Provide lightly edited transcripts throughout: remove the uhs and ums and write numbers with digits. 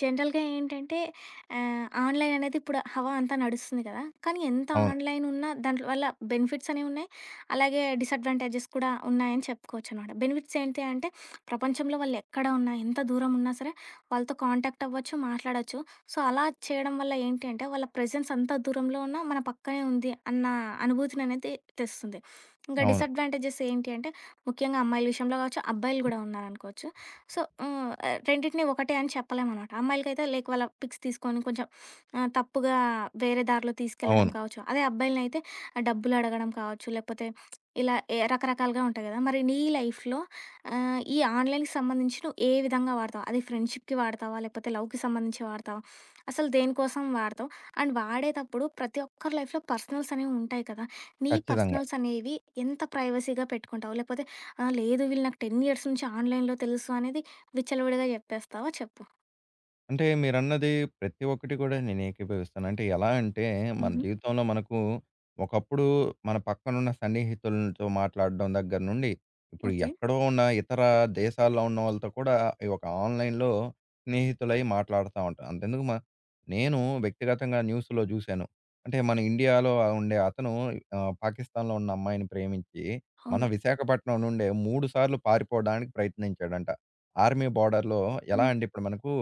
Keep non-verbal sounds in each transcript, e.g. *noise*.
జనరల్‌గా ఏంటంటే ఆన్‌లైన్ అనేది ఇప్పుడు హవా అంతా నడుస్తుంది కదా! కానీ ఎంత అవును. ఆన్‌లైన్ ఉన్నా దాంట్లో వల్ల బెనిఫిట్స్ అనేవి ఉన్నాయి. అలాగే డిసడ్వాంటేజెస్ కూడా ఉన్నాయని చెప్పుకోవచ్చనమాట. బెనిఫిట్స్ ఏంటి అంటే ప్రపంచంలో వాళ్ళు ఎక్కడ ఉన్నా, ఎంత దూరం ఉన్నా సరే వాళ్ళతో కాంటాక్ట్ అవ్వచ్చు, మాట్లాడొచ్చు. సో, అలా చేయడం వల్ల ఏంటి అంటే వాళ్ళ ప్రెజెన్స్ అంత దూరంలో ఉన్నా మన పక్కనే ఉంది అన్న అనుభూతిని అనేది తెస్తుంది. ఇంకా అవును. డిసడ్వాంటేజెస్ ఏంటి అంటే ముఖ్యంగా అమ్మాయిల విషయంలో కావచ్చు, అబ్బాయిలు కూడా ఉన్నారనుకోవచ్చు. సో, రెండిటిని ఒకటే అని చెప్పలేమనమాట. అమ్మాయిలకైతే లైక్ వాళ్ళ పిక్స్ తీసుకొని కొంచెం తప్పుగా వేరే దారిలో తీసుకెళ్ళడం అవును. కావచ్చు. అదే అబ్బాయిలనైతే డబ్బులు అడగడం కావచ్చు, లేకపోతే ఇలా ఏ రకరకాలుగా ఉంటాయి కదా! మరి నీ లైఫ్‌లో ఈ ఆన్‌లైన్‌కి సంబంధించి నువ్వు ఏ విధంగా వాడతావు? అది ఫ్రెండ్‌షిప్‌కి వాడతావా? లేకపోతే లవ్‌కి సంబంధించి వాడతావా? అసలు దేనికోసం వాడతావు? అండ్ వాడేటప్పుడు ప్రతి ఒక్కరి లైఫ్‌లో పర్సనల్స్ అనేవి ఉంటాయి కదా! నీ ఖచ్చితంగా. పర్సనల్స్ అనేవి ఎంత ప్రైవసీగా పెట్టుకుంటావు? లేకపోతే ఆ! లేదు వీళ్ళు నాకు 10 ఇయర్స్ నుంచి ఆన్‌లైన్‌లో తెలుసు అనేది విచ్చలవిడిగా చెప్పేస్తావా చెప్పు? అంటే మీరన్నది ప్రతి ఒక్కటి కూడా నేను ఏకీభవిస్తాను. అంటే ఎలా అంటే మన హుహు. జీవితంలో మనకు ఒకప్పుడు మన పక్కనున్న సన్నిహితులతో మాట్లాడడం దగ్గర నుండి, ఇప్పుడు ఓకే. ఎక్కడో ఉన్న ఇతర దేశాల్లో ఉన్న వాళ్ళతో కూడా ఈ ఒక ఆన్‌లైన్‌లో స్నేహితులై మాట్లాడుతా ఉంటాం. అంతెందుకు నేను వ్యక్తిగతంగా న్యూస్‌లో జూశాను. అంటే మన ఇండియాలో ఉండే అతను పాకిస్తాన్‌లో ఉన్న అమ్మాయిని ప్రేమించి మన అవును. విశాఖపట్నం నుండే 3 సార్లు పారిపోవడానికి ప్రయత్నించాడంట. ఆర్మీ బోర్డర్‌లో ఎలా హ్మ్. అంటే ఇప్పుడు మనకు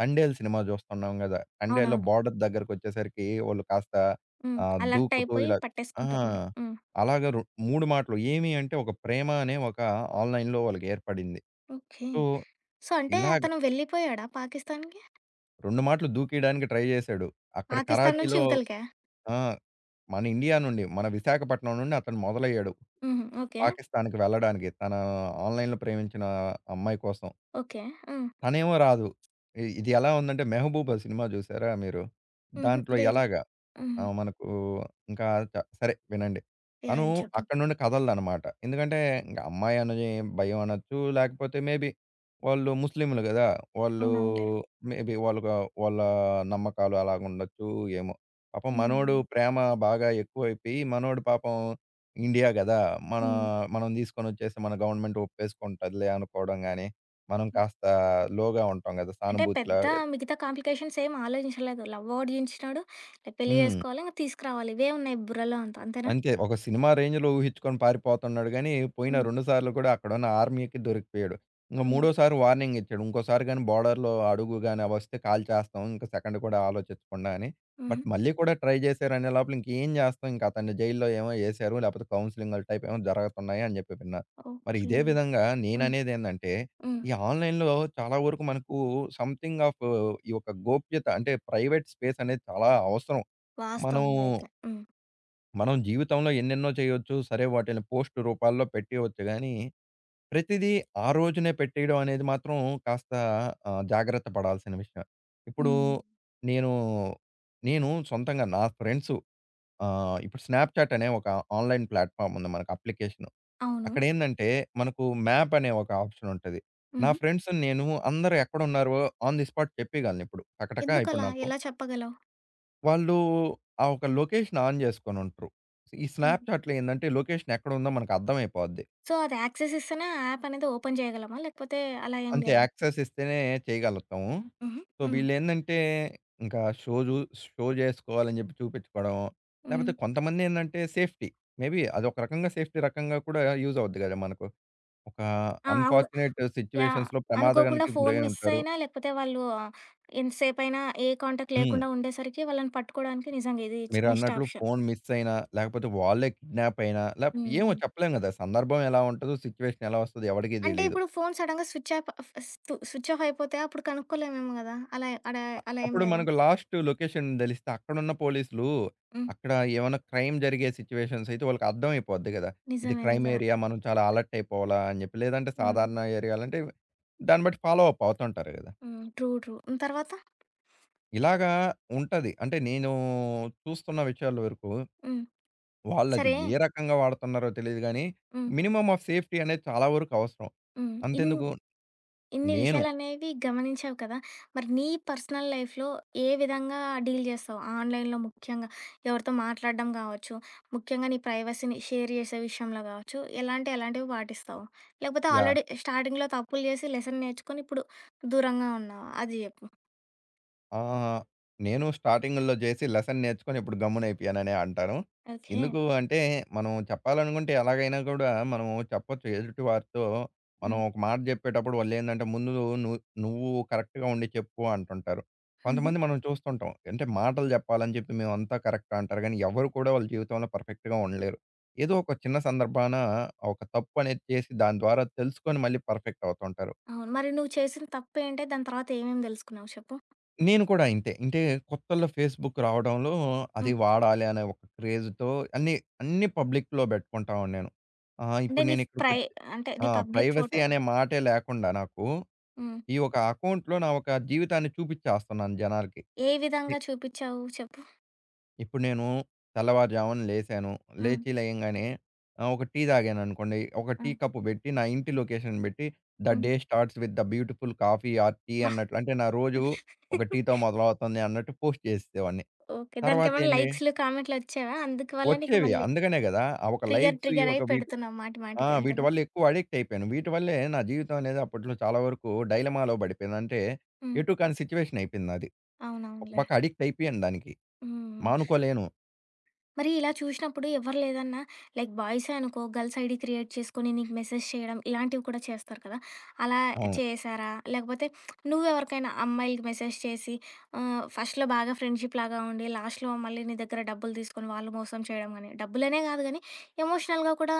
'తండేల్' సినిమా జూస్తున్నాం గదా! 'తండేల్‌లో' అవునవును. బార్డర్ దగ్గరకొచ్చేసరికి వాళ్ళు కాస్త హ్మ్. అలర్ట్ దూకుతూ అయిపోయి ఇలా ఆ! పట్టేసుకుంటున్నాను. హ్మ్. అలాగా రొ 3 మాటలు ఏమి అంటే ఒక ప్రేమ అనే ఒక ఆన్‌లైన్‌లో వాళ్ళకి ఏర్పడింది. ఓకే. సో, సో, అంటే ఇలాగ అతను వెళ్ళిపోయాడా పాకిస్తాన్‌కి? 2 మాటలు దూకియడానికి ట్రై జేశాడు. అక్కడ పాకిస్తాన్ నుంచి కరాచీలో. ఇవతలకా? ఆ! మన ఇండియా నుండి మన విశాఖపట్నం నుండి అతను మొదలయ్యాడు. హుహు. ఓకే. పాకిస్తాన్‌కి వెళ్ళడానికి తన ఆన్‌లైన్‌లో ప్రేమించిన అమ్మాయి కోసం. ఓకే. హ్మ్. తనేమో రాదు. ఇది ఎలా ఉందంటే 'మెహబూబా' సినిమా జూసారా మీరు? హుహు. దాంట్లో లేదు. ఎలాగ ఆ! హుహు. మనకు ఇంకా సరే వినండి. తను యాహ్! చెప్పు. అక్కడి నుండి కదలదనమాట. ఎందుకంటే ఇంక అమ్మాయి అని భయం అనొచ్చు. లేకపోతే మేబీ వాళ్ళు ముస్లింలు గదా! వాళ్ళు అవునవునులే. మేబీ వాళ్ళకు వాళ్ళ నమ్మకాలు అలాగుండొచ్చు ఏమో! పాపం మనోడు హ్మ్. ప్రేమ బాగా ఎక్కువైపోయి మనోడు పాపం ఇండియా గదా! మన హ్మ్. మనం తీసుకొనొచ్చేసి మన గవర్నమెంట్ ఒప్పేసుకుంటదిలే అనుకోవడం గాని, మనం కాస్త లోగా ఉంటాం గదా! అంటే సానుభూతిలా పెద్ద ఇలా. మిగతా కాంప్లికేషన్స్ ఏమి ఆలోచించలేదు. లవ్ ఒకటి చించినాడు, పెళ్లి హ్మ్. చేసుకోవాలి, ఇంక తీసుకురావాలి. ఇవే ఉన్నాయి బుర్రలో అంతా. అంతేనా? అంతే. ఒక సినిమా రేంజ్‌లో ఊహించుకొని పారిపోతున్నాడు గానీ, పోయిన హ్మ్. 2 సార్లు కూడా అక్కడున్న ఆర్మీకి దొరికిపోయాడు. ఇంక హుహు. మూడోసారి వార్నింగ్ ఇచ్చాడు. ఇంకోసారి గాని బోర్డర్‌లో అడుగు గాని అవొస్తే కాల్ చేస్తాం. ఇంక సెకండ్ కూడా ఆలోచించకుండా అని. హుహు. బట్ మళ్ళీ కూడా ట్రై చేశారనే లోపల ఇంకేం చేస్తాం? ఇంక అతన్ని జైల్‌లో ఏమో ఏశారు. లేపోతే కౌన్సెలింగ్‌ల టైప్ ఏమో జరుగుతున్నాయి అని చెప్పి విన్నా. మరి ఓకే. ఇదే విధంగా హ్మ్. నేననేదేందంటే, హ్మ్. ఈ ఆన్‌లైన్‌లో చాలా వరకు మనకు సంథింగ్ ఆఫ్ ఈ యొక్క గోప్యత అంటే ప్రైవేట్ స్పేస్ అనేది చాలా అవసరం. మనం వాస్తవం ఇదైతే. హ్మ్. మనం జీవితంలో ఎన్నెన్నో చేయొచ్చు. సరే వాటిని పోస్ట్ రూపాల్లో పెట్టేయవచ్చు గానీ, ప్రతిదీ ఆ రోజునే పెట్టేయడం అనేది మాత్రం కాస్త జాగ్రత్త పడాల్సిన విషయం. ఇప్పుడు హ్మ్. నేను, నేను సొంతంగా నా ఫ్రెండ్స్ ఇప్పుడు స్నాప్‌చాట్ అనే ఒక ఆన్‌లైన్ ప్లాట్‌ఫామ్ ఉంది మనకు అప్లికేషను. అవును. అక్కడేందంటే మనకు మ్యాప్ అనే ఒక ఆప్షన్ ఉంటది. నా హుహు. ఫ్రెండ్స్ నేను అందరూ ఎక్కడున్నారో ఆన్ ది స్పాట్ చెప్పేయగలను ఇప్పుడు. టకటక ఇప్పుడు ఎందుకలా? నాకు ఎలా చెప్పగలవు? వాళ్ళు ఆ ఒక లొకేషన్ ఆన్ జేసుకొనుంటరు. ఈ హ్మ్. స్నాప్‌చాట్‌లో ఏందంటే లొకేషన్ ఎక్కడుందో మనకు అర్థమైపోద్ది. సో, అది యాక్సెస్ ఇస్తేనే ఆ యాప్ అనేది ఓపెన్ చేయగలమా? లేకపోతే అలా ఏం అంతే లేదా? యాక్సెస్ ఇస్తేనే చేయగలుగుతాము. హుహు. సో, హ్మ్. వీళ్ళేందంటే ఇంకా షో జేసుకోవాలని జెప్పి చూపిచ్చుకోవడం. హ్మ్. లేపోతే కొంతమందేందంటే సేఫ్టీ. మేబీ అదొక రకంగా సేఫ్టీ రకంగా కూడా యూజ్ అవుద్ది గదా! మనకు. ఒక ఆ! అవును. Unfortunate yeah! సిట్యుయేషన్స్‌లో అనుకోకుండా ప్రమాదానికి గురై ఫోను మిస్ ఉంటారు. అయినా, లేకపోతే వాళ్ళు ఎంతసేపయినా ఏ కాంటాక్ట్ హ్మ్. లేకుండా ఉండేసరికి వాళ్ళని పట్టుకోవడానికి నిజంగా ఇది బెస్ట్ మీరన్నట్లు ఆప్షన్. ఫోను మిస్ అయినా, లేకపోతే వాళ్ళే కిడ్నాప్ అయినా, లేప్ హ్మ్. ఏమో హ్మ్. చెప్పలేం గదా! సందర్భం ఎలా ఉంటదో, సిట్యుయేషన్ ఎలా వస్తదో ఎవడికి అంటే తెలీదు. ఇప్పుడు ఫోను సడెన్‌గా స్విచ్ ఆఫ్ అయిపోతే అప్పుడు కనుక్కోలేమేమో గదా! అలా ఏం అప్పుడు లేదా? మనకు లాస్ట్ లొకేషన్ దెలిస్తే అక్కడున్న పోలీసులు హ్మ్. అక్కడ ఏమన్నా క్రైమ్ జరిగే సిట్యుయేషన్స్ అయితే వాళ్ళకి అర్థమైపోద్ది గదా! ఇది నిజమే. క్రైమ్ నిజమే. ఏరియా మనం చాలా అలర్ట్ అయిపోవాలా అని జెప్పి. లేదంటే హ్మ్. సాధారణ ఏరియాలంటే దాన్ని బట్టి ఫాలో అప్ అవుతుంటారు గదా! హ్మ్. ట్రూ. ట్రూ. హ్మ్. తర్వాత? ఇలాగా ఉంటది. అంటే నేను చూస్తున్న విషయాల వరకు హ్మ్. వాళ్ళది సరే ఏ రకంగా వాడుతున్నారో తెలీదు గానీ హ్మ్. మినిమమ్ ఆఫ్ సేఫ్టీ అనేది చాలా వరకు అవసరం. హ్మ్. ఇన్ అంతెందుకు ఇన్ని నేను. విషయాలనేవి గమనించావు కదా! మరి నీ పర్సనల్ లైఫ్‌లో ఏ విధంగా డీల్ చేస్తావు? ఆన్‌లైన్‌లో ముఖ్యంగా ఎవరితో మాట్లాడడం కావచ్చు, ముఖ్యంగా నీ ప్రైవసీని షేర్ చేసే విషయంలో కావచ్చు, ఎలాంటివి పాటిస్తావు? లేకపోతే యాహ్! ఆల్రెడీ స్టార్టింగ్‌లో తప్పులు చేసి లెసన్ నేర్చుకొని ఇప్పుడు దూరంగా ఉన్నావా? అది చెప్పు. ఆహ్, నేను స్టార్టింగ్‌లో జేసి లెసన్ నేర్చుకొని ఇప్పుడు గమ్మునైపోయాననే అంటాను. ఓకే. ఎందుకు అంటే మనం చెప్పాలనుకుంటే ఎలాగైనా కూడా మనం చెప్పొచ్చు. ఎదుటివారితో మనం హ్మ్. ఒక మాట జెప్పేటప్పుడు వాళ్ళేందంటే ముందు ను నువ్వు కరెక్ట్‌గా ఉండి చెప్పు అంటుంటారు. హుహు. కొంతమంది మనం చూస్తుంటాం. అంటే మాటలు జెప్పాలని చెప్పి మేమంతా కరెక్ట్ అంటారు గానీ ఎవరు కూడా వాళ్ళ జీవితంలో పర్ఫెక్ట్‌గా ఉండలేరు. ఏదో ఒక చిన్న సందర్భాన ఒక తప్పు అనేది చేసి దాని ద్వారా తెలుసుకొని మళ్ళీ పర్ఫెక్ట్ అవుతుంటారు. అవును. మరి నువ్వు చేసిన తప్పేంటి? దాని తర్వాత ఏమేమి తెలుసుకున్నావు చెప్పు? నేను కూడా ఇంతే. అంటే కొత్తల్లో ఫేస్‌బుక్ రావడంలో అది హ్మ్. వాడాలి అనే ఒక క్రేజ్‌తో అన్నీ, అన్నీ పబ్లిక్‌లో పెట్టుకుంటా ఉన్నాను. అంటే ఇప్పుడు నీ నేను ప్రై ఇక్కడికొచ్చి అంటే నీ ఆ! Public privacy photo. అనే మాటే లేకుండా నాకు హ్మ్. ఈ ఒక అకౌంట్‌లో నా ఒక జీవితాన్ని చూపిచ్చేస్తున్నాను జనాలకి. ఏ ఇ విధంగా చూపిచ్చావు చెప్పు? ఇప్పుడు నేను తెల్లవారుజామున లేసాను. హ్మ్. లేచి లేయంగానే ఒక టీ తాగాననుకోండి. ఒక టీ హ్మ్. కప్పు పెట్టి నా ఇంటి లొకేషన్ పెట్టి ద హ్మ్. Day starts with the beautiful coffee or tea అబ్బా! అన్నట్లు అంటే నా రోజు ఒక టీతో మొదలవుతుంది అన్నట్టు పోస్ట్ చేసేసేవాడిని. ఓకే. దానికేమన్నా తర్వాతేంది? లైక్స్‌లు, కామెంట్‌లొచ్చేవా? అందుకు వల్ల నీకు వచ్చేవి. మళ్ళీ అందుకనే గదా! ఆ ఒక లైక్స్ ఈ ట్రిగ్గరయ్యి ఒక వీటి. పెడుతున్నావు మాటి ఆ! మాటికి వీటి అంతేనా? వల్ల ఎక్కువ అడిక్ట్ అయిపోయాను. వీటి వల్లే నా జీవితం అనేది అప్పట్లో చాలా వరకు డైలమాలో పడిపోయింది. అంటే హ్మ్. ఎటు కాని సిట్యుయేషన్ అయిపోయింది నాది. ఒక అవునవునులే. పక్క అడిక్ట్ అయిపోయాను దానికి. హ్మ్. మానుకోలేను. మరి ఇలా చూసినప్పుడు ఎవరు లేదన్నా లైక్ బాయ్సే అనుకో గర్ల్స్ ఐడి క్రియేట్ చేసుకొని నీకు మెసేజ్ చేయడం ఇలాంటివి కూడా చేస్తారు కదా అలా అవును. చేశారా లేకపోతే నువ్వెవరికైనా అమ్మాయిలకి మెసేజ్ చేసి ఆ, ఫస్ట్లో బాగా ఫ్రెండ్షిప్ లాగా ఉండి లాస్ట్లో మళ్ళీ నీ దగ్గర డబ్బులు తీసుకొని వాళ్ళు మోసం చేయడం కానీ డబ్బులనే కాదు కానీ ఎమోషనల్గా కూడా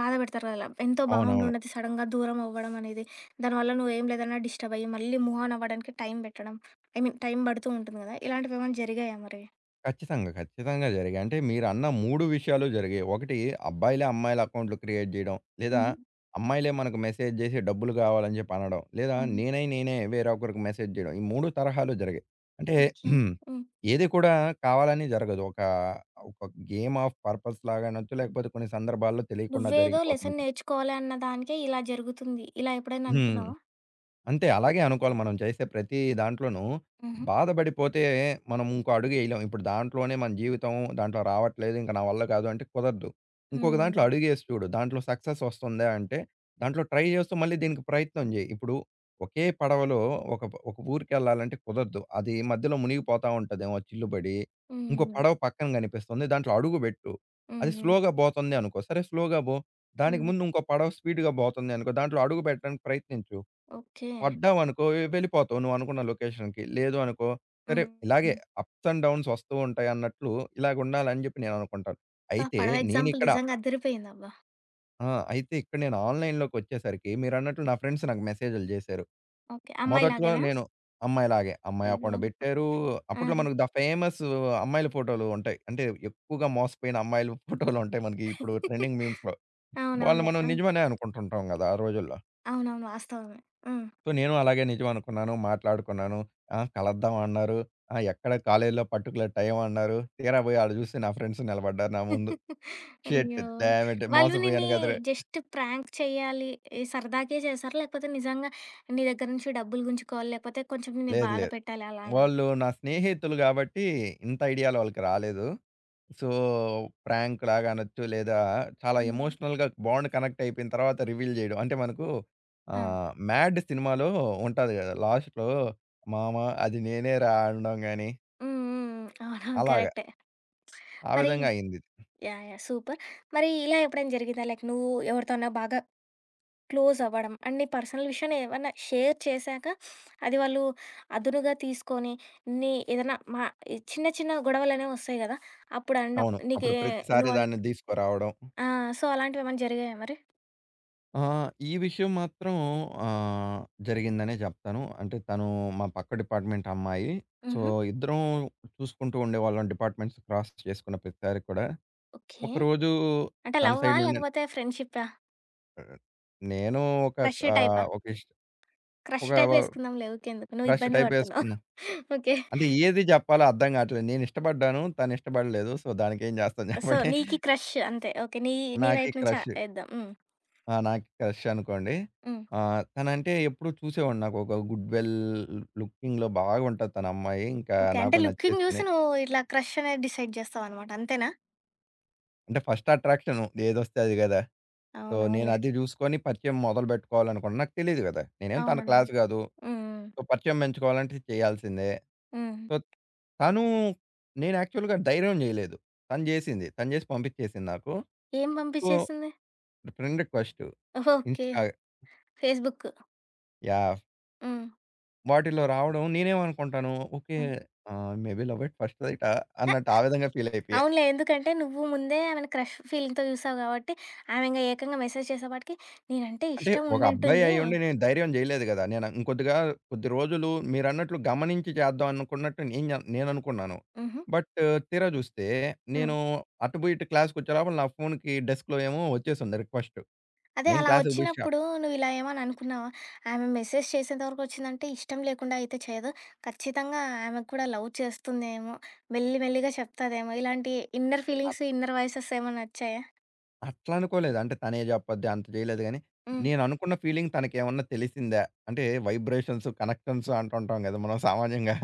బాధ పెడతారు కదా ఎంతో బాగుండి అవునవును. ఉండదు సడన్గా దూరం అవ్వడం అనేది దానివల్ల నువ్వు ఏం లేదన్నా డిస్టర్బ్ అయ్యి మళ్ళీ మూవ్ ఆన్ అవ్వడానికి టైం పెట్టడం ఐ మీన్ టైం పడుతూ ఉంటుంది కదా ఇలాంటివి ఏమైనా జరిగాయా మరి ఖచ్చితంగా. ఖచ్చితంగా జరిగాయి. అంటే మీరన్న 3 విషయాలు జరిగాయి. ఒకటి అబ్బాయిలే అమ్మాయిల అకౌంట్‌లు క్రియేట్ జేయడం. లేదా ఉమ్, అమ్మాయిలే మనకు మెసేజ్ జేసి డబ్బులు గావాలని జెప్పి అనడం. లేదా అవును. నేనై నేనే వేరొకరికి మెసేజ్ జేయడం. ఈ 3 తరహాలు జరిగాయి. అంటే ఓకే. *clears throat* హ్మ్. ఏది కూడా కావాలని జరగదు. ఒక గేమ్ ఆఫ్ పర్పస్ లాగా అనొచ్చు. లేకపోతే కొన్ని సందర్భాల్లో తెలియకుండా నువ్వేదో లెసన్ జరిగిపోతుంది. నేర్చుకోవాలి అన్న దానికే ఇలా జరుగుతుంది. ఇలా ఎప్పుడైనా హ్మ్. అనుకున్నావా? అంతే. అలాగే అనుకోవాలి. మనం చేసే ప్రతి దాంట్లోనూ హుహు. బాధపడిపోతే మనం ఇంకో అడుగు ఎయలేం. ఇప్పుడు దాంట్లోనే మన జీవితం దాంట్లో రావట్లేదు. ఇంక నా వల్ల కాదు అంటే కుదరదు. ఇంకొక దాంట్లో హ్మ్. అడుగేసి చూడు. దాంట్లో సక్సెస్ వస్తుందా అంటే దాంట్లో ట్రై చేస్తూ మళ్ళీ దీనికి ప్రయత్నం చేయి. ఇప్పుడు ఒకే పడవలో ఒక ఒక ఊరికెళ్ళాలంటే కుదరదు. అది మధ్యలో మునిగిపోతా ఉంటదేమో చిల్లుబడి. ఇంకో హ్మ్. పడవ పక్కన కనిపిస్తుంది. దాంట్లో అడుగు పెట్టు. హ్మ్. అది హ్మ్. స్లోగా పోతుంది అనుకో. సరే స్లోగా పో. దానికి హ్మ్. ముందు ఇంకో పడవ స్పీడ్‌గా పోతుంది అనుకో. దాంట్లో అడుగు పెట్టడానికి ప్రయత్నించు. ఓకే. పడ్డావనుకో వెళ్ళిపోతావు నువ్వనుకున్న లొకేషన్‌కి. లేదు అనుకో, సరే హ్మ్. ఇలాగే హ్మ్. అప్స్ అండ్ డౌన్స్ వస్తూ ఉంటాయి అన్నట్లు ఇలాగుండాలని జెప్పి నేననుకుంటాను. అబ్బా! అయితే పడవ ఎగ్జాంపుల్ నేనిక్కడ నిజంగా అదిరిపోయిందబ్బా! ఆ! అయితే ఇక్కడ నేను ఆన్‌లైన్‌లోకొచ్చేసరికి మీరన్నట్లు నా ఫ్రెండ్స్ నాకు మెసేజ్‌లు జేశారు. ఓకే. మొదట్లో అమ్మాయిలాగానా? నేను అమ్మాయిలాగే అమ్మాయి అయ్యో! అకౌంట్ బెట్టారు. ఆ! అప్పట్లో మనకు ద ఫేమస్ అమ్మాయిల ఫోటోలు ఉంటాయి. అంటే ఎక్కువగా మోసపోయిన అమ్మాయిల *laughs* ఫోటోలుంటాయి మనకి ఇప్పుడు ట్రెండింగ్ మీమ్స్‌లో. వాళ్ళని అవునవునులే. మనం ఆ! నిజమనే అనుకుంటుంటాం గదా! ఆ రోజుల్లో. అవునవును. వాస్తవమే. హ్మ్. సో, నేను అలాగే నిజం అనుకున్నాను. మాట్లాడుకున్నాను. ఆ! కలుద్దాం అన్నారు. ఆ! ఎక్కడ కాలేజీలో పర్టిక్యులర్ టైం అన్నారు. తీరా పోయి ఆడ చూస్తే నా ఫ్రెండ్స్ నిలబడ్డారు నా ముందు. షిట్! అయ్యో! Damn it! వాళ్ళు నిన్ని మోసపోయాను కదరా! జస్ట్ ప్రాంక్ చేయాలి, ఈ సరదాకే చేశారా? లేకపోతే నిజంగా నీ దగ్గర నుంచి డబ్బులు గుంజుకోవాలి, లేకపోతే కొంచెం నిన్ను లేదు బాధ లేదు. పెట్టాలి అలా అలా? వాళ్ళు నా స్నేహితులు కాబట్టి ఇంత ఐడియాలు వాళ్ళకి రాలేదు. సో, ప్రాంక్ లాగా అనొచ్చు లేదా చాలా హ్మ్. ఎమోషనల్‌గా బాండ్ కనెక్ట్ అయిపోయిన తర్వాత రివీల్ చేయడం. అంటే మనకు ఆ! 'మ్యాడ్' సినిమాలో ఉంటది కదా! లాస్ట్‌లో మామ అది నేనేరా అనడం గాని హ్మ్. హ్మ్. అవునవును. అలాగా. కరెక్టే. ఆ మరి విధంగా అయింది. యాహ్! యాహ్! సూపర్. మరి ఇలా ఎప్పుడైనా జరిగిందా? లైక్ నువ్వు ఎవరితోన్నా బాగా క్లోజ్ అవ్వడం అండ్ నీ పర్సనల్ విషయాన్ని ఏమన్నా షేర్ చేశాక, అది వాళ్ళు అదునుగా తీసుకొని, నీ ఏదైనా చిన్న చిన్న గొడవలనేవి వస్తాయి గదా! అప్పుడు అనడం అవును. నీకే అప్పుడు ప్రతిసారి నువ్వన్ దాన్ని తీసుకురావడం. ఆ! సో, అలాంటివేమన్నా జరిగాయా మరి? ఆ! ఈ విషయం మాత్రం ఆహ్, జరిగిందనే జెప్తాను. అంటే తను మా పక్క డిపార్ట్‌మెంట్ అమ్మాయి. సో, హుహు. ఇద్దరం చూసుకుంటూ ఉండేవాళ్ళం డిపార్ట్‌మెంట్స్ క్రాస్ చేసుకున్న ప్రతిసారి కూడా. ఓకే. ఒకరోజు అంటే తన లవ్వా? సైడ్ నుండి లేకపోతే ఫ్రెండ్‌షిప్పా? ఆహ్, నేను ఒక క్రష్ టైపా? ఆహ్, ఒక ఇష్ క్రష్ ఒక టైపే ఏసుకుందాంలే. ఊకెందుకు? నువ్వు క్రష్ ఇబ్బంది టైప్ పడుతున్నావు. ఏసుకున్నా. *laughs* ఓకే. అంటే ఏది జెప్పాలో అర్థం గాట్లేదు. నేను ఇష్టపడ్డాను. తను ఇష్టపడలేదు. సో, దానికేం జేస్తాం సో, జెప్పండి. నీకి క్రష్ అంతే. ఓకే. నీ నీ నాకీ వైపు నుంచి క్రష్. ఏద్దాం. హ్మ్. ఆ! నాకు క్రష్ అనుకోండి. హ్మ్. తనంటే ఎప్పుడు చూసేవాడిని. నాకొక గుడ్ వెల్ లుకింగ్‌లో బాగుంటది తన అమ్మాయి. ఇంకా ఓకే. అంటే నాకు లుకింగ్ జూసి నచ్చేసింది. నువ్వు ఇట్లా క్రష్ అనేది డిసైడ్ జేస్తావనమాట. అంతేనా? అంటే ఫస్ట్ అట్రాక్షను ఏదొస్తే అది గదా! సో, నేను అవునవునులే. అది జూసుకొని పరిచయం మొదలుపెట్టుకోవాలనుకున్నా. నాకు తెలీదు గదా! నేనేం తన అవునవును. క్లాస్ గాదు. హ్మ్. సో, పరిచయం పెంచుకోవాలంటే చేయాల్సిందే. హ్మ్. సో, తను నేను యాక్చువల్‌గా ధైర్యం జేయలేదు. తను జేసింది. తను జేసి పంపించేసింది నాకు. ఏం సో, పంపిచ్చేసింది? Friend request. Okay. Insta. Facebook. Yeah! హ్మ్. వాటిలో రావడం నేనేమనుకుంటాను, ఓకే. హ్మ్. మేబీ లవ్ ఎట్ ఫస్ట్ సైటా అన్నట్టు ఆ! ఆ విధంగా ఫీల్ అయిపోయా. అవునులే. ఎందుకంటే నువ్వు ముందే ఆమెని క్రష్ ఫీలింగ్‌తో జూసావు గాబట్టి, ఆమె ఇంగ ఏకంగా మెసేజ్ చేసేపాటికి, "నేనంటే అంటే ఇష్టం ఒక అబ్బాయి ఉండింటుంది." అయ్యుండి నేను ధైర్యం చేయలేదు గదా! నేను ఇంకొద్దిగా కొద్ది రోజులు మీరన్నట్లు గమనించి చేద్దాం అనుకున్నట్టు నేను జ నేననుకున్నాను. హుహు. బట్ తీరా చూస్తే హ్మ్. నేను అటు బోయి ఇటు క్లాస్‌కొచ్చే లోపల నా ఫోన్‌కి డెస్క్‌లో ఏమో వచ్చేసుంది రిక్వెస్ట్. అదే నేను అలా క్లాస్‌కి పోయి ష వచ్చినప్పుడు నువ్విలా ఏమని అనుకున్నావా? ఆమె మెసేజ్ చేసేంత వరకు వచ్చిందంటే ఇష్టం లేకుండా అయితే చేయదు. ఖచ్చితంగా ఆమెకు కూడా లవ్ చేస్తుందేమో, మెల్లి మెల్లిగా చెప్తాదేమో ఇలాంటి inner at feelings, inner voices ఏమన్నా వచ్చాయా? అట్లా అనుకోలేదు. అంటే తనే చెప్పద్ది అంత చేయలేదు గానీ, హ్మ్. నేననుకున్న ఫీలింగ్ తనకేమన్నా తెలిసిందా? అంటే వైబ్రేషన్స్, కనెక్షన్స్ అంటుంటాం గదా! మనం సామాన్యంగా.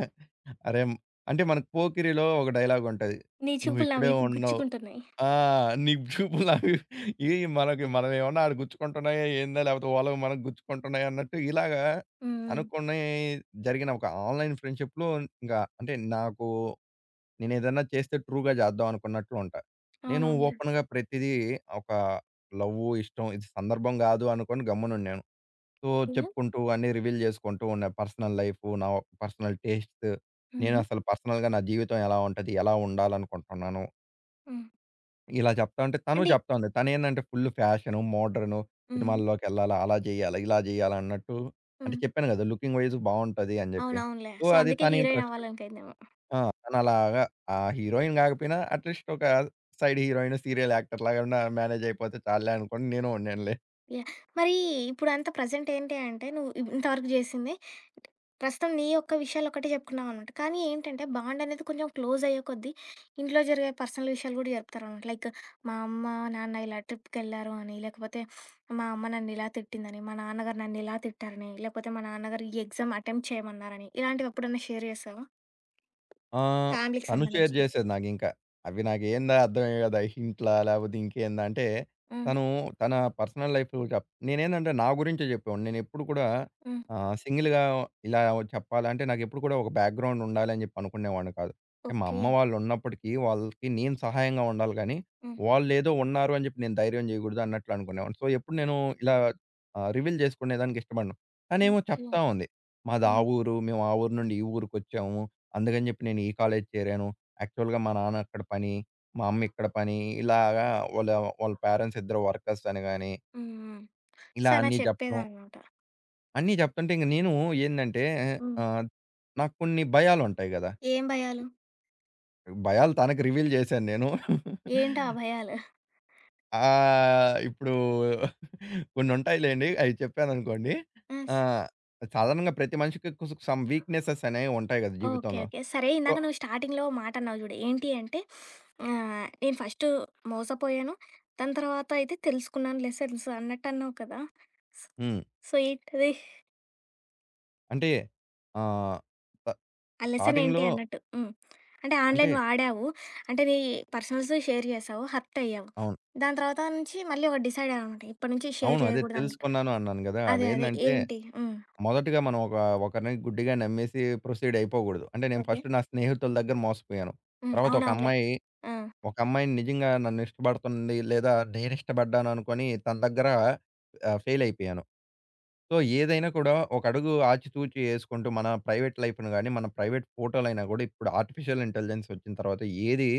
అరే! అంటే మనకు 'పోకిరిలో' ఒక డైలాగ్ ఉంటది. నీ చూపులు నా "నువ్విక్కడే వీపుకి ఉన్నావు. గుచ్చుకుంటున్నాయి. ఆ! నీ చూపులు నావి ఏయి మనకి హ్మ్. మనమేమన్నా ఆడ గుచ్చుకుంటున్నాయా ఏందా? లేకపోతే వాళ్ళవి మనకు గుచ్చుకుంటున్నాయా?" అన్నట్టు ఇలాగా హ్మ్. అనుకుని జరిగిన ఒక ఆన్‌లైన్ ఫ్రెండ్‌షిప్‌లో ఇంకా అంటే నాకు నేనేదన్నా చేస్తే ట్రూగా చేద్దాం అనుకున్నట్లు ఉంటా. నేను అవునవునులే. ఓపెన్‌గా ప్రతిదీ ఒక లవ్వు, ఇష్టం ఇది సందర్భం కాదు అనుకోని గమ్మునున్నాను. So, okay. చెప్పుకుంటూ అన్నీ రివీల్ చేసుకుంటూ ఉన్న పర్సనల్ లైఫ్, నా పర్సనల్ టేస్ట్స్, హుహు. నేనసలు పర్సనల్‌గా నా జీవితం ఎలా ఉంటది? ఎలా ఉండాలనుకుంటున్నాను? హ్మ్. ఇలా చెప్తా ఉంటే తను అంటే చెప్తా ఉంది. తనేందంటే ఫుల్ ఫ్యాషను, మోడ్రను, హుహు. సినిమాల్లోకెళ్ళాలా, అలా జేయాలా, ఇలా జేయాలా అన్నట్టు. అంటే హ్మ్. చెప్పాను గదా! లుకింగ్ వైస్ బావుంటది అని జెప్పి. అవునవునులే. సో, సో, అది అందుకే తన హీరోయిన్ ఇంట్రెస్ట్. అవ్వాలనుకైందేమో. ఆ! తనలాగా ఆ హీరోయిన్ గాకపోయినా అట్‌లీస్ట్ ఒక సైడ్ హీరోయిన్, సీరియల్ యాక్టర్‌లాగన్నా మేనేజ్ అయిపోతే చాలులే అనుకోని నేను ఉన్నానులే. యాహ్! మరి ఇప్పుడంతా ప్రెజెంట్ ఏంటి అంటే నువ్వు ఇంతవరకు జేసింది ప్రస్తుతం నీ యొక్క విషయాలొక్కటే జెప్పుకున్నావనమాట. కానీ ఏంటంటే బాండనేది కొంచెం క్లోజయ్యే కొద్దీ ఇంట్లో జరిగే పర్సనల్ విషయాలు గూడా జరుపుతారనమాట. లైక్ మా అమ్మ, నాన్న ఇలా ట్రిప్‌కెళ్లారు అని, లేకపోతే మా అమ్మ నన్నిలా తిట్టిందని, మా నాన్నగారు నన్నిలా తిట్టారని, లేకపోతే మా నాన్నగారు ఈ ఎగ్జామ్ అటెంప్ట్ చేయమన్నారని, ఇలాంటివెప్పుడన్నా షేర్ జేశావా? ఆ! ఫ్యామిలీకి తను షేర్ సంబంధించినవి. జేసేది నాకింకా. అవి నాకేందా అర్థమయ్యేవి గాదు. అయి హింట్లా? లేపోతే ఇంకేందా? అంటే హ్మ్. తను తన పర్సనల్ లైఫ్ చెప్ నేనేందంటే నా గురించే జెప్పేవాడిని. నేనెప్పుడు కూడా హ్మ్. సింగిల్‌గా ఇలా చెప్పాలంటే నాకెప్పుడు కూడా ఒక బ్యాక్‌గ్రౌండ్ ఉండాలి అని జెప్పి అనుకునేవాడిని కాదు. అంటే మా ఓకే. అమ్మ వాళ్ళున్నప్పటికీ వాళ్ళకి నేను సహాయంగా ఉండాలి గానీ, హ్మ్. వాళ్ళేదో ఉన్నారు అని జెప్పి నేను ధైర్యం జేయగూడదు అన్నట్లు అనుకునేవాడిని. సో, ఎప్పుడు నేను ఇలా రివీల్ జేసుకునేదానికి ఇష్టపడను. తనేమో ఓకే. చెప్తా ఉంది. మాది ఆ హ్మ్. ఊరు. మేము ఆ ఊరు నుండి ఈ ఊరికొచ్చాము. అందుకని జెప్పి నేను ఈ కాలేజ్ చేరాను. యాక్చువల్‌గా మా నాన్న అక్కడ పని, మా అమ్మ ఇక్కడ పని ఇలాగా వాళ్ళ వాళ్ళ పేరెంట్స్ ఇద్దరు వర్కర్స్ అని గాని, హ్మ్. హ్మ్. సో, ఇలా అలా అన్నీ జెప్పడం. చెప్పేదనమాట. అన్నీ జెప్తుంటే ఇంక నేను ఏందంటే హ్మ్. ఆహ్, నాకు కొన్ని భయాలుంటాయి గదా! ఏం భయాలు? భయాలు తనకి రివీల్ జేశాను నేను. ఏంటా ఆ భయాలు? ఇప్పుడు కొన్నుంటాయి లెండి. అయి చెప్పాననుకోండి. ఆ! ఆ! సాధారణంగా ప్రతి మనిషికి సమ్ వీక్‌నెసెస్ అనేవి ఉంటాయి గదా! ఓకే. జీవితంలో. ఓకే. సరే సో ఇందాక నువ్వు స్టార్టింగ్‌లో ఓ మాటన్నావు జూడు. ఏంటి అంటే నేను ఫస్టు మోసపోయాను. దాని తర్వాత అయితే తెలుసుకున్నాను లెసన్స్ అన్నట్టన్నావు కదా! స్ హ్మ్. సో, ఏంటది? అంటే ఆహ్, ఆ లెసన్ ఏంటి స్టార్టింగ్‌లో అన్నట్టు? హ్మ్. అంటే అంటే ఆన్‌లైన్ వాడావు. అంటే నీ పర్సనల్స్ షేర్ చేశావు. హర్ట్ అయ్యావు. అవును. దాని తర్వాత నుంచి మళ్ళీ ఒకటి డిసైడ్ అయ్యావు అనమాట. ఇప్పటి నుంచి షేర్ అవును. అదే చేయకూడదన్నట్టు. తెలుసుకున్నాను అన్నాను గదా! అదే. అదే. అవేందంటే ఏంటి? హ్మ్. మొదటగా మనం ఒకరిని గుడ్డిగా నమ్మేసి ప్రొసీడ్ అయిపోకూడదు. అంటే నేను ఓకే. ఫస్ట్ నా స్నేహితుల దగ్గర మోసపోయాను. హ్మ్. తర్వాత అవునవునులే. ఆ! ఒక అమ్మాయిని నిజంగా నన్ను ఇష్టపడుతుంది లేదా నేనిష్టపడ్డాను అనుకోని తన దగ్గర ఫెయిల్ అయిపోయాను. సో, ఏదైనా కూడా ఒక అడుగు ఆచితూచి యేసుకుంటూ మన ప్రైవేట్ లైఫ్‌ను గాని, మన ప్రైవేట్ ఫోటోలైనా గూడా ఇప్పుడు ఆర్టిఫిషియల్ ఇంటెలిజెన్స్ వచ్చిన తర్వాత ఏది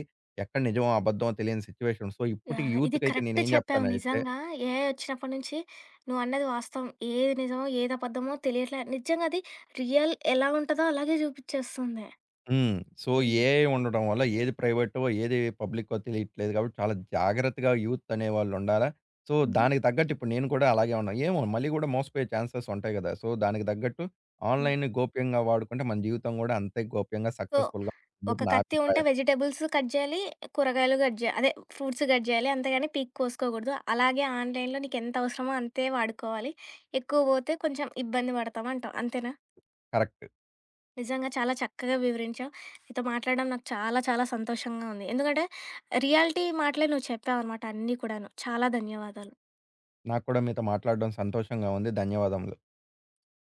ఎక్కడ నిజమో, అబద్ధమో తెలియని సిట్యుయేషన్. సో, ఇప్పటికి యాహ్! ఇది యూత్‌కైతే కరెక్ట్ నేనేం చెప్పావు జెప్తానంటే నిజంగా. ఏఐ వచ్చినప్పటి నుంచి నువ్వన్నది వాస్తవం. ఏది నిజమో, ఏది అబద్ధమో తెలియట్లే. నిజంగా అది రియల్ ఎలా ఉంటదో అలాగే చూపిచ్చేస్తుంది. హ్మ్. సో, హ్మ్. ఏఐ ఉండడం వల్ల ఏది ప్రైవేటో, ఏది పబ్లికో తెలియట్లేదు కాబట్టి చాలా జాగ్రత్తగా యూత్ అనేవాళ్ళుండాలా. సో, హుహు. దానికి తగ్గట్టు ఇప్పుడు నేను కూడా అలాగే ఉన్నా. ఏమో మళ్ళీ గూడా మోసపోయే ఛాన్సెస్ ఉంటాయి గదా! సో, దానికి తగ్గట్టు ఆన్‌లైన్‌ని గోప్యంగా వాడుకుంటే మన జీవితం గూడా అంతే గోప్యంగా సో, సక్సెస్‌ఫుల్‌గా ఉంటుంది ఒక నా కత్తి ఉంటే అభిప్రాయం. వెజిటబుల్స్ కట్ చేయాలి, కూరగాయలు కట్ చేయాలి. అదే ఫ్రూట్స్ కట్ చేయాలి. అంతేగాని పీక్ కోసుకోకూడదు. అలాగే ఆన్‌లైన్‌లో నీకెంత అవసరమో అంతే వాడుకోవాలి. ఎక్కువ పోతే కొంచెం ఇబ్బంది పడతాం అంటావు. అంతేనా? కరెక్ట్. నిజంగా చాలా చక్కగా వివరించావు. నీతో మాట్లాడడం నాకు చాలా చాలా సంతోషంగా ఉంది. ఎందుకంటే రియాలిటీ మాటలే నువ్వు చెప్పావనమాట అన్నీ కూడాను. చాలా ధన్యవాదాలు. నాకు కూడా మీతో మాట్లాడడం సంతోషంగా ఉంది. ధన్యవాదములు.